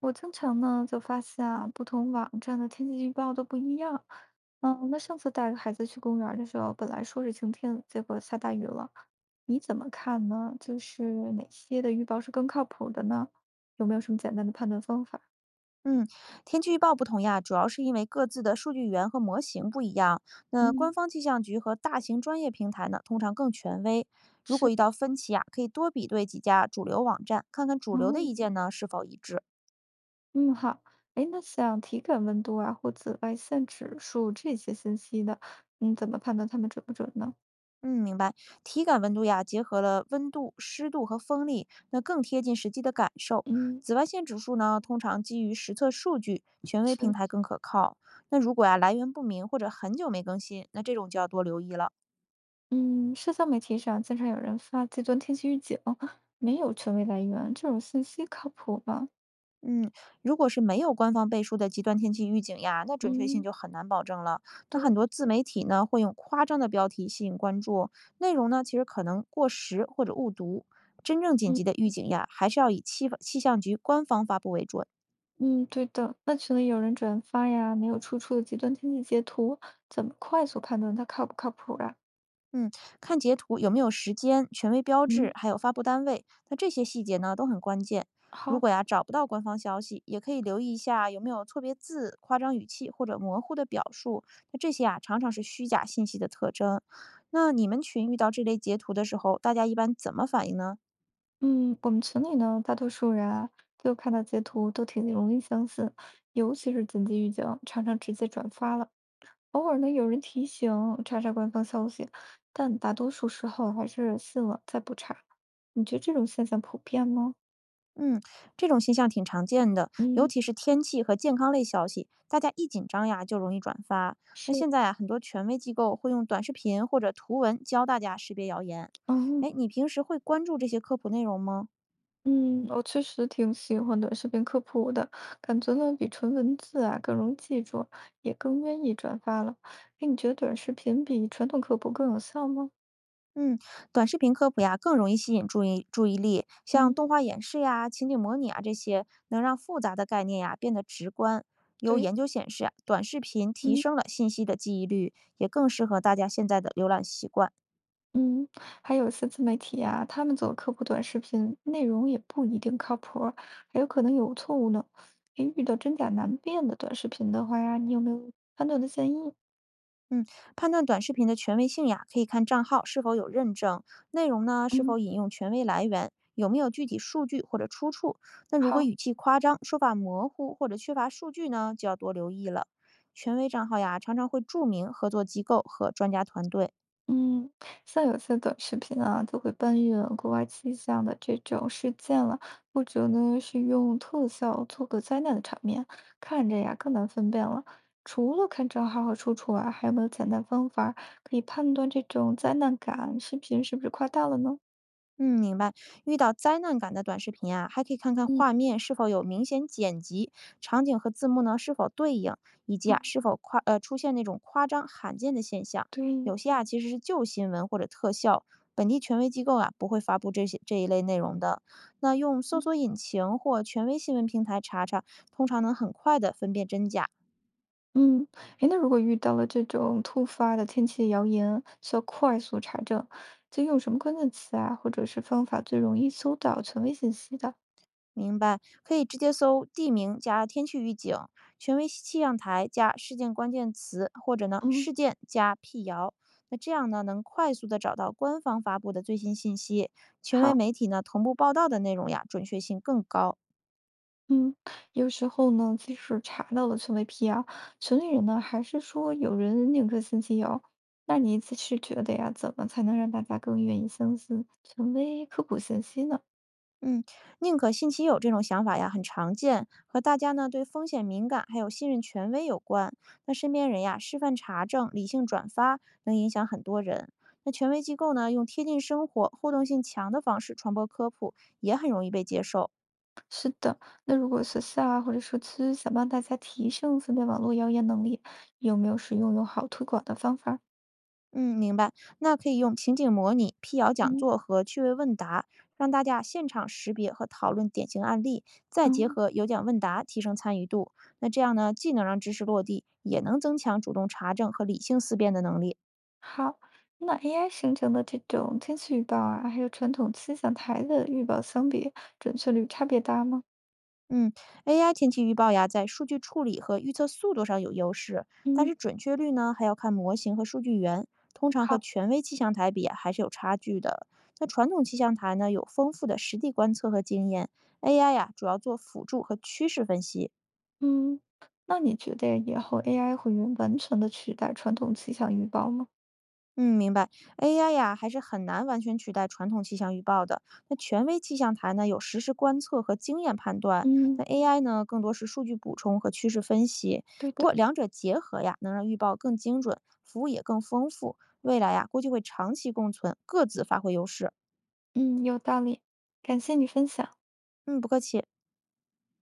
我经常呢就发现啊，不同网站的天气预报都不一样。嗯，那上次带孩子去公园儿的时候，本来说是晴天，结果下大雨了。你怎么看呢？就是哪些的预报是更靠谱的呢？有没有什么简单的判断方法？嗯，天气预报不同呀，主要是因为各自的数据源和模型不一样。那官嗯，方气象局和大型专业平台呢，通常更权威。如果是，遇到分歧啊，可以多比对几家主流网站，看看主流的哦，意见呢是否一致。嗯，好。哎，那像体感温度啊或紫外线指数这些信息的，你怎么判断它们准不准呢？嗯，明白。体感温度呀，结合了温度、湿度和风力，那更贴近实际的感受。嗯，紫外线指数呢，通常基于实测数据，权威平是。台更可靠。那如果呀来源不明或者很久没更新，那这种就要多留意了。嗯，社交媒体上经常有人发极端天气预警，没有权威来源，这种信息靠谱吗？嗯，如果是没有官方背书的极端天气预警呀，那准确性嗯，就很难保证了。那很对，多自媒体呢，会用夸张的标题吸引关注，内容呢其实可能过时或者误读。真正紧嗯急的预警呀，还是要以气象局官方发布为准。嗯，对的。那群里有人转发呀，没有出处的极端天气截图，怎么快速判断它靠不靠谱啊？嗯，看截图有没有时间、权威标志，嗯，还有发布单位，那这些细节呢都很关键。如好，果呀找不到官方消息，也可以留意一下有没有错别字、夸张语气或者模糊的表述。那这些啊常常是虚假信息的特征。那你们群遇到这类截图的时候，大家一般怎么反应呢？嗯，我们群里呢，大多数人啊，就看到截图都挺容易相信，尤其是紧急预警，常常直接转发了。偶尔呢，有人提醒查查官方消息，但大多数时候还是信了再不查。你觉得这种现象普遍吗？嗯，这种现象挺常见的，尤嗯，其是天气和健康类消息，大家一紧张呀就容易转发。那是，现在啊，很多权威机构会用短视频或者图文教大家识别谣言。嗯哎，你平时会关注这些科普内容吗？嗯，我确实挺喜欢短视频科普的，感觉呢比纯文字啊更容易记住，也更愿意转发了。哎，你觉得短视频比传统科普更有效吗？嗯，短视频科普呀更容易吸引注意力，像嗯，动画演示呀、情景模拟啊这些，能让复杂的概念呀变得直观。有对，研究显示啊短视频提嗯。升了信息的记忆率，也更适合大家现在的浏览习惯。嗯，还有些自媒体呀、他们做科普短视频，内容也不一定靠谱儿还有可能有错误呢。诶，遇到真假难辨的短视频的话呀，你有没有判断的建议？嗯，判断短视频的权威性呀，可以看账号是否有认证，内容呢是嗯，否引用权威来源，有没有具体数据或者出处。那如果好。语气夸张、说法模糊或者缺乏数据呢，就要多留意了。权威账号呀，常常会注明合作机构和专家团队。嗯，像有些短视频啊，就会搬运国外气象的这种事件了，或者呢是用特效做个灾难的场面，看着呀更难分辨了。除了看账号和出处啊，还有没有简单方法儿可以判断这种灾难感视频是不是夸大了呢？嗯，明白。遇到灾难感的短视频啊，还可以看看嗯，画面是否有明显剪辑，场景和字幕呢是否对应，以及啊哦，是否出现那种夸张罕见的现象。对，有些啊其实是旧新闻或者特效，本地权威机构啊不会发布这一类内容的。那用搜嗯，索引擎或权威新闻平台查查，通常能很快的分辨真假。嗯，诶，那如果遇到了这种突发的天气谣言，需要快速查证，就用什么关键词啊，或者是方法最容易搜到权威信息的？明白，可以直接搜地名加天气预警、权威气象台加事件关键词，或者呢嗯。事件加辟谣。那这样呢，能快速的找到官方发布的最新信息，权威好，媒体呢同步报道的内容呀，准确性更高。嗯，有时候呢，即使查到了权威辟谣群里人呢还是说有人宁可信其有。那你自是觉得呀，怎么才能让大家更愿意相信权威科普信息呢？嗯，宁可信其有这种想法呀，很常见，和大家呢对风险敏感，还有信任权威有关。那身边人呀，示范查证、理性转发，能影响很多人。那权威机构呢，用贴近生活、互动性强的方式传播科普，也很容易被接受。是的，那如果学校啊或者社区想帮大家提升分辨网络谣言能力，有没有使用友好推广的方法？嗯，明白。那可以用情景模拟、辟谣讲嗯座和趣味问答，让大家现场识别和讨论典型案例，再结嗯，合有奖问答提升参与度。那这样呢，既能让知识落地，也能增强主动查证和理性思辨的能力。好。那 AI 生成的这种天气预报啊，还有传统气象台的预报相比，准确率差别大吗？嗯，AI 天气预报呀，在数据处理和预测速度上有优势，但嗯，是准确率呢，还要看模型和数据源，通常和好。权威气象台比啊还是有差距的。那传统气象台呢，有丰富的实地观测和经验，AI 呀，主要做辅助和趋势分析。嗯，那你觉得以后 AI 会完全的取代传统气象预报吗？嗯，明白。AI 呀，还是很难完全取代传统气象预报的。那权威气象台呢，有实时观测和经验判断；那 嗯，AI 呢，更多是数据补充和趋势分析。对不的。过两者结合呀，能让预报更精准，服务也更丰富。未来呀，估计会长期共存，各自发挥优势。嗯，有道理，感谢你分享。嗯，不客气。